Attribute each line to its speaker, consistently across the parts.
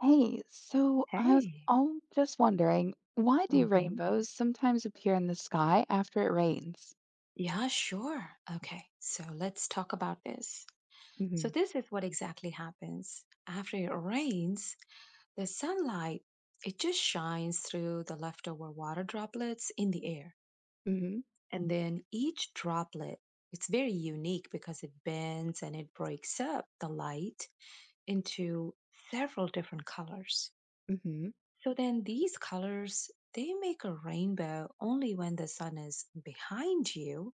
Speaker 1: Hey, so I was
Speaker 2: Hey.
Speaker 1: all just wondering, why do
Speaker 2: Mhm.
Speaker 1: rainbows sometimes appear in the sky after it rains?
Speaker 2: Yeah, sure. Okay, so let's talk about this. So
Speaker 1: Mm-hmm.
Speaker 2: this is what exactly happens. After it rains, the sunlight it just shines through the leftover water droplets in the air.
Speaker 1: Mm-hmm.
Speaker 2: And then each droplet, it's very unique because it bends and it breaks up the light into several different colors.
Speaker 1: Mm-hmm.
Speaker 2: So then these colors, they make a rainbow only when the sun is behind you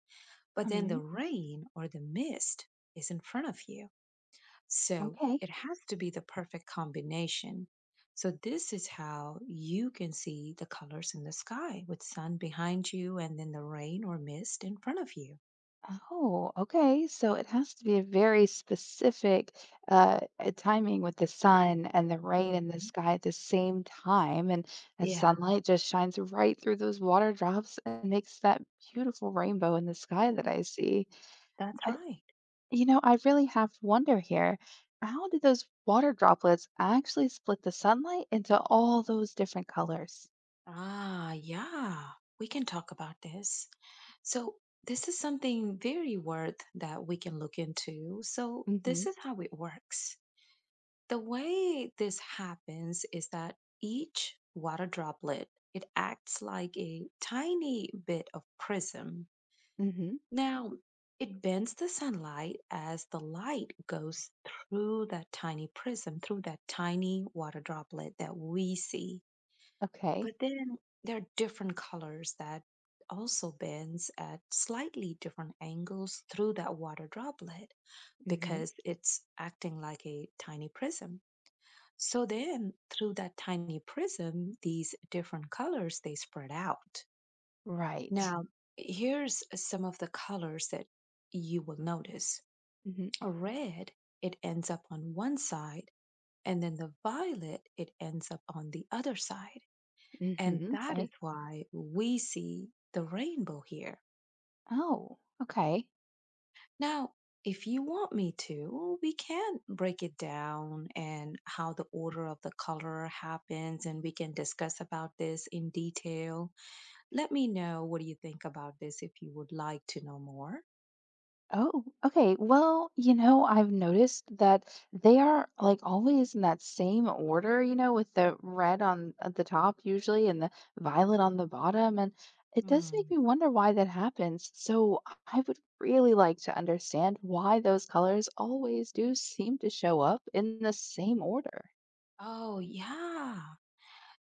Speaker 2: but then
Speaker 1: Hmm,
Speaker 2: the rain or the mist is in front of you. So
Speaker 1: okay.
Speaker 2: it has to be the perfect combination. So this is how you can see the colors in the sky with sun behind you and then the rain or mist in front of you.
Speaker 1: Oh, okay. So it has to be a very specific timing with the sun and the rain in the
Speaker 2: Hmm.
Speaker 1: sky at the same time, and that
Speaker 2: Yeah,
Speaker 1: sunlight just shines right through those water drops and makes that beautiful rainbow in the sky that I see.
Speaker 2: that's
Speaker 1: But
Speaker 2: right.
Speaker 1: you know, I really have to wonder here. How did those water droplets actually split the sunlight into all those different colors?
Speaker 2: Ah, yeah, we can talk about this. So this is something very worth that we can look into. So
Speaker 1: Mm-hmm.
Speaker 2: this is how it works. The way this happens is that each water droplet, it acts like a tiny bit of prism.
Speaker 1: Mm-hmm.
Speaker 2: Now, it bends the sunlight as the light goes through that tiny prism, through that tiny water droplet that we see.
Speaker 1: Okay.
Speaker 2: But then there are different colors that also bends at slightly different angles through that water droplet
Speaker 1: Mm-hmm.
Speaker 2: because it's acting like a tiny prism. So then, through that tiny prism, these different colors they spread out.
Speaker 1: Right.
Speaker 2: Now, mhm, here's some of the colors that you will notice.
Speaker 1: Mm-hmm.
Speaker 2: A red, it ends up on one side, and then the violet, it ends up on the other side. And
Speaker 1: Mm-hmm.
Speaker 2: that is
Speaker 1: Okay.
Speaker 2: why we see the rainbow here.
Speaker 1: Oh, okay.
Speaker 2: Now, if you want me to, we can break it down and how the order of the color happens, and we can discuss about this in detail. Let me know what do you think about this if you would like to know more.
Speaker 1: Oh, okay. Well, you know, I've noticed that they are like always in that same order, you know, with the red on at the top usually and the violet on the bottom. And it does make
Speaker 2: Mm.
Speaker 1: me wonder why that happens. So I would really like to understand why those colors always do seem to show up in the same order.
Speaker 2: Oh, yeah.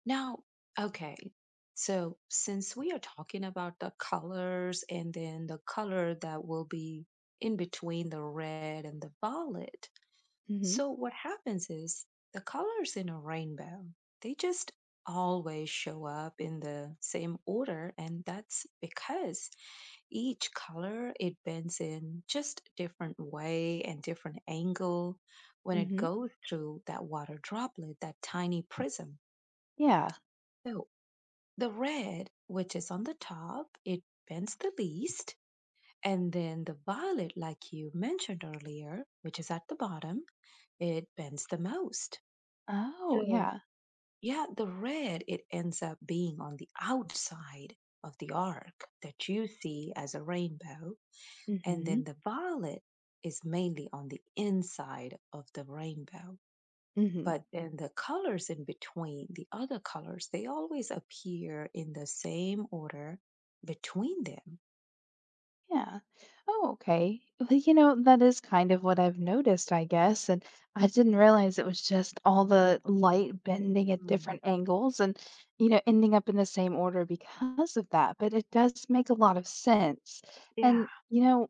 Speaker 2: Now, okay. So, since we are talking about the colors and then the color that will be in between the red and the violet,
Speaker 1: Mm-hmm.
Speaker 2: so what happens is the colors in a rainbow, they just always show up in the same order and that's because each color it bends in just different way and different angle when it
Speaker 1: Mm-hmm.
Speaker 2: goes through that water droplet, that tiny prism.
Speaker 1: Yeah.
Speaker 2: So the red, which is on the top, it bends the least. And then the violet, like you mentioned earlier, which is at the bottom, it bends the most.
Speaker 1: Oh,
Speaker 2: So,
Speaker 1: yeah.
Speaker 2: yeah, the red, it ends up being on the outside of the arc that you see as a rainbow. And
Speaker 1: Mm-hmm.
Speaker 2: then the violet is mainly on the inside of the rainbow.
Speaker 1: Mm-hmm.
Speaker 2: But then the colors in between, the other colors, they always appear in the same order between them.
Speaker 1: Yeah. Oh, okay. Well, you know, that is kind of what I've noticed, I guess. And I didn't realize it was just all the light bending at
Speaker 2: Mm.
Speaker 1: different angles and, you know, ending up in the same order because of that. But it does make a lot of sense.
Speaker 2: Yeah,
Speaker 1: And, you know,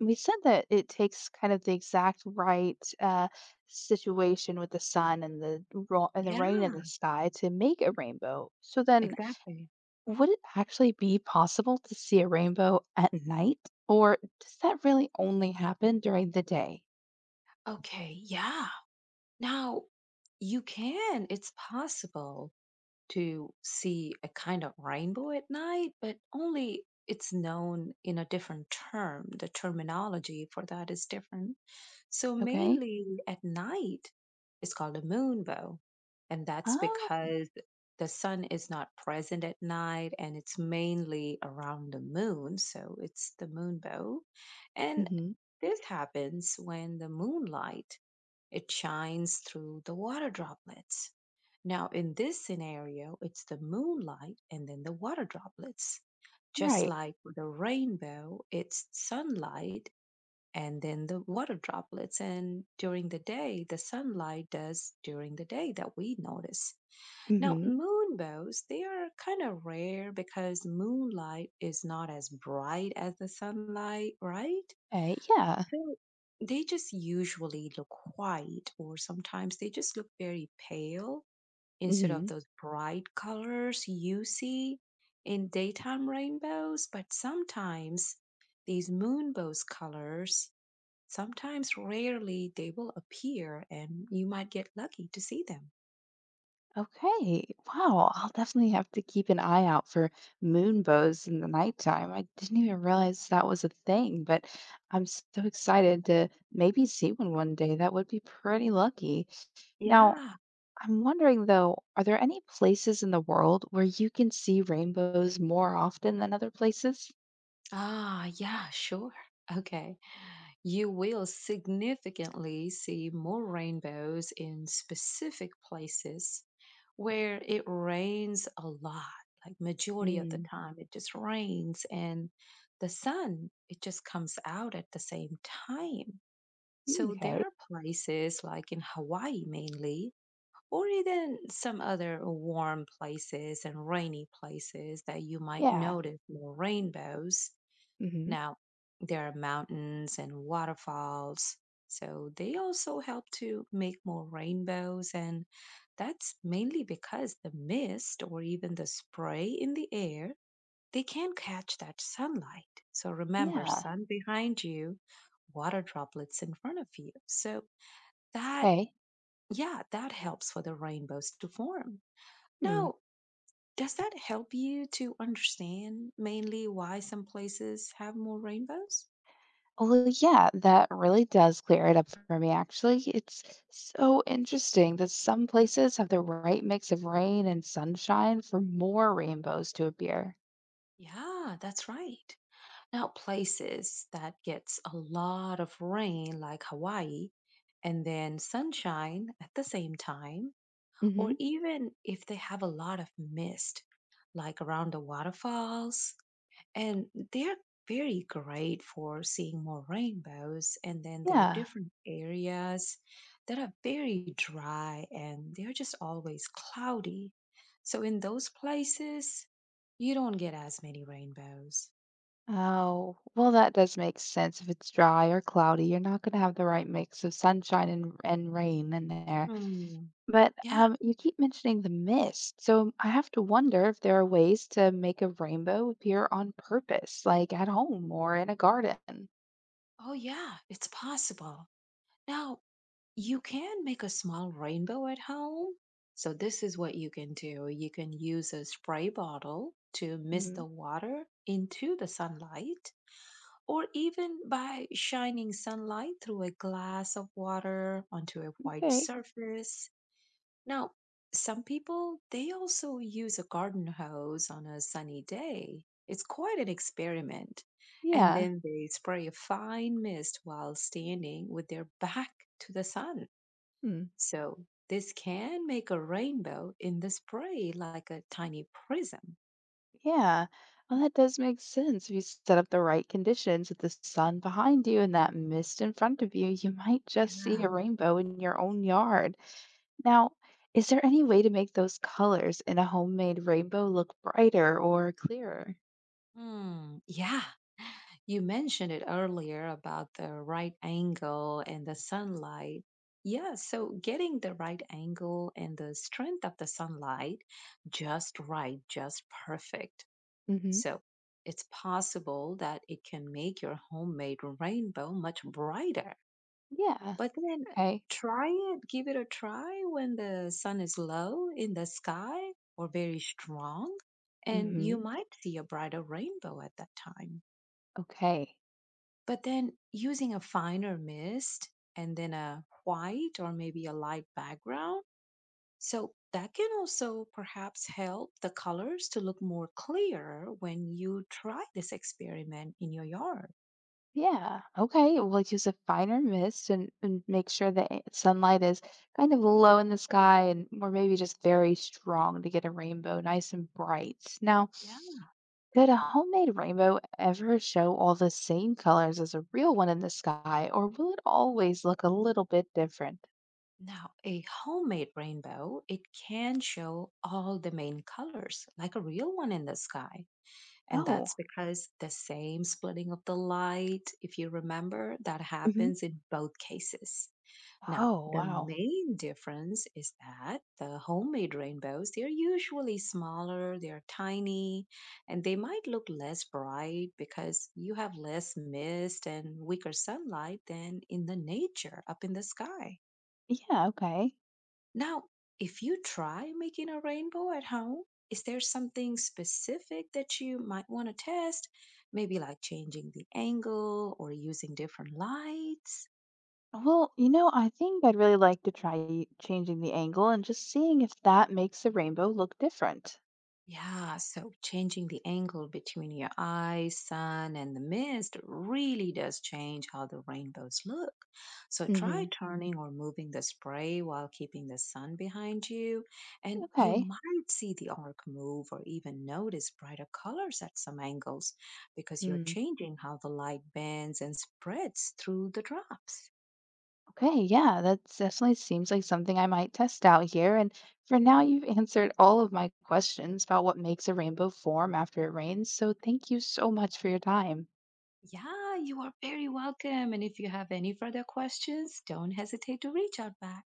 Speaker 1: we said that it takes kind of the exact right situation with the sun and the and the
Speaker 2: yeah,
Speaker 1: rain in the sky to make a rainbow. So then
Speaker 2: exactly.
Speaker 1: would it actually be possible to see a rainbow at night, or does that really only happen during the day?
Speaker 2: Okay, yeah. Now, you can, it's possible to see a kind of rainbow at night, but only it's known in a different term. The terminology for that is different. So,
Speaker 1: Okay.
Speaker 2: mainly at night, it's called a moonbow. And that's
Speaker 1: Oh,
Speaker 2: because the sun is not present at night and it's mainly around the moon. So, it's the moonbow. And
Speaker 1: hmm,
Speaker 2: this happens when the moonlight it shines through the water droplets now, in this scenario, it's the moonlight and then the water droplets. Just
Speaker 1: right.
Speaker 2: like with the rainbow, it's sunlight and then the water droplets. And during the day, the sunlight does during the day that we notice. Now,
Speaker 1: Hmm.
Speaker 2: moonbows, they are kind of rare because moonlight is not as bright as the sunlight, right?
Speaker 1: Okay. Yeah.
Speaker 2: So they just usually look white or sometimes they just look very pale instead of
Speaker 1: Hmm.
Speaker 2: those bright colors you see in daytime rainbows. But sometimes these moonbows colors, sometimes rarely they will appear and you might get lucky to see them.
Speaker 1: Okay. Wow. I'll definitely have to keep an eye out for moon bows in the nighttime. I didn't even realize that was a thing, but I'm so excited to maybe see one one day. That would be pretty lucky. Now,
Speaker 2: Yeah.
Speaker 1: I'm wondering though, are there any places in the world where you can see rainbows more often than other places?
Speaker 2: Ah, yeah, sure. Okay. You will significantly see more rainbows in specific places where it rains a lot. Like majority of the
Speaker 1: Mm.
Speaker 2: time it just rains and the sun it just comes out at the same time.
Speaker 1: Mm,
Speaker 2: So there
Speaker 1: okay.
Speaker 2: are places like in Hawaii mainly or even some other warm places and rainy places that you might
Speaker 1: Yeah.
Speaker 2: notice more rainbows
Speaker 1: Hmm.
Speaker 2: now, there are mountains and waterfalls, so they also help to make more rainbows, and that's mainly because the mist or even the spray in the air, they can catch that sunlight. So remember,
Speaker 1: Yeah.
Speaker 2: sun behind you, water droplets in front of you. So that,
Speaker 1: Okay.
Speaker 2: yeah, that helps for the rainbows to form.
Speaker 1: Hmm.
Speaker 2: Now, does that help you to understand mainly why some places have more rainbows?
Speaker 1: Well, yeah, that really does clear it up for me, actually. It's so interesting that some places have the right mix of rain and sunshine for more rainbows to appear.
Speaker 2: Yeah, that's right. Now, places that gets a lot of rain, like Hawaii, and then sunshine at the same time, or
Speaker 1: Hmm.
Speaker 2: even if they have a lot of mist, like around the waterfalls, and they are very great for seeing more rainbows and then there are
Speaker 1: Yeah.
Speaker 2: different areas that are very dry and they're just always cloudy so in those places you don't get as many rainbows.
Speaker 1: Oh, well, that does make sense. If it's dry or cloudy, you're not going to have the right mix of sunshine and rain in there.
Speaker 2: Hmm.
Speaker 1: But
Speaker 2: Yeah,
Speaker 1: you keep mentioning the mist. So I have to wonder if there are ways to make a rainbow appear on purpose, like at home or in a garden.
Speaker 2: oh yeah, it's possible. Now, you can make a small rainbow at home, so this is what you can do, you can use a spray bottle to mist the
Speaker 1: Mhm.
Speaker 2: water into the sunlight or even by shining sunlight through a glass of water onto a white
Speaker 1: Okay.
Speaker 2: surface. Now, some people they also use a garden hose on a sunny day. It's quite an experiment. And
Speaker 1: Yeah.
Speaker 2: then they spray a fine mist while standing with their back to the sun.
Speaker 1: Hmm.
Speaker 2: So this can make a rainbow in the spray like a tiny prism.
Speaker 1: Yeah. Well, that does make sense. If you set up the right conditions with the sun behind you and that mist in front of you, you might just see
Speaker 2: Yeah.
Speaker 1: a rainbow in your own yard. Now, is there any way to make those colors in a homemade rainbow look brighter or clearer?
Speaker 2: Mm, yeah. You mentioned it earlier about the right angle and the sunlight. Yeah, so getting the right angle and the strength of the sunlight just right, just perfect.
Speaker 1: Mm-hmm.
Speaker 2: So it's possible that it can make your homemade rainbow much brighter
Speaker 1: Yeah.
Speaker 2: but then
Speaker 1: Okay.
Speaker 2: try it, give it a try when the sun is low in the sky or very strong, and you
Speaker 1: Mm-hmm.
Speaker 2: might see a brighter rainbow at that time.
Speaker 1: Okay.
Speaker 2: But then using a finer mist and then a white or maybe a light background, so that can also perhaps help the colors to look more clear when you try this experiment in your yard.
Speaker 1: Yeah. Okay. We'll like, use a finer mist and make sure the sunlight is kind of low in the sky and or maybe just very strong to get a rainbow nice and bright. Now, could a homemade rainbow ever show all the same colors as a real one in the sky, or will it always look a little bit different?
Speaker 2: Now, a homemade rainbow, it can show all the main colors, like a real one in the sky. And
Speaker 1: Oh.
Speaker 2: that's because the same splitting of the light, if you remember, that happens in both cases. Now,
Speaker 1: Oh,
Speaker 2: the
Speaker 1: wow.
Speaker 2: main difference is that the homemade rainbows, they're usually smaller, they're tiny, and they might look less bright because you have less mist and weaker sunlight than in the nature up in the sky.
Speaker 1: Yeah, okay.
Speaker 2: Now, if you try making a rainbow at home, is there something specific that you might want to test? Maybe like changing the angle or using different lights?
Speaker 1: Well, you know, I think I'd really like to try changing the angle and just seeing if that makes the rainbow look different.
Speaker 2: Yeah, so changing the angle between your eyes, sun, and the mist really does change how the rainbows look. So
Speaker 1: Mm-hmm.
Speaker 2: try turning or moving the spray while keeping the sun behind you, and you
Speaker 1: Okay.
Speaker 2: might see the arc move or even notice brighter colors at some angles because you're
Speaker 1: Mm.
Speaker 2: changing how the light bends and spreads through the drops.
Speaker 1: Okay, yeah, that definitely seems like something I might test out here. And for now, you've answered all of my questions about what makes a rainbow form after it rains. So thank you so much for your time.
Speaker 2: Yeah, you are very welcome. And if you have any further questions, don't hesitate to reach out back.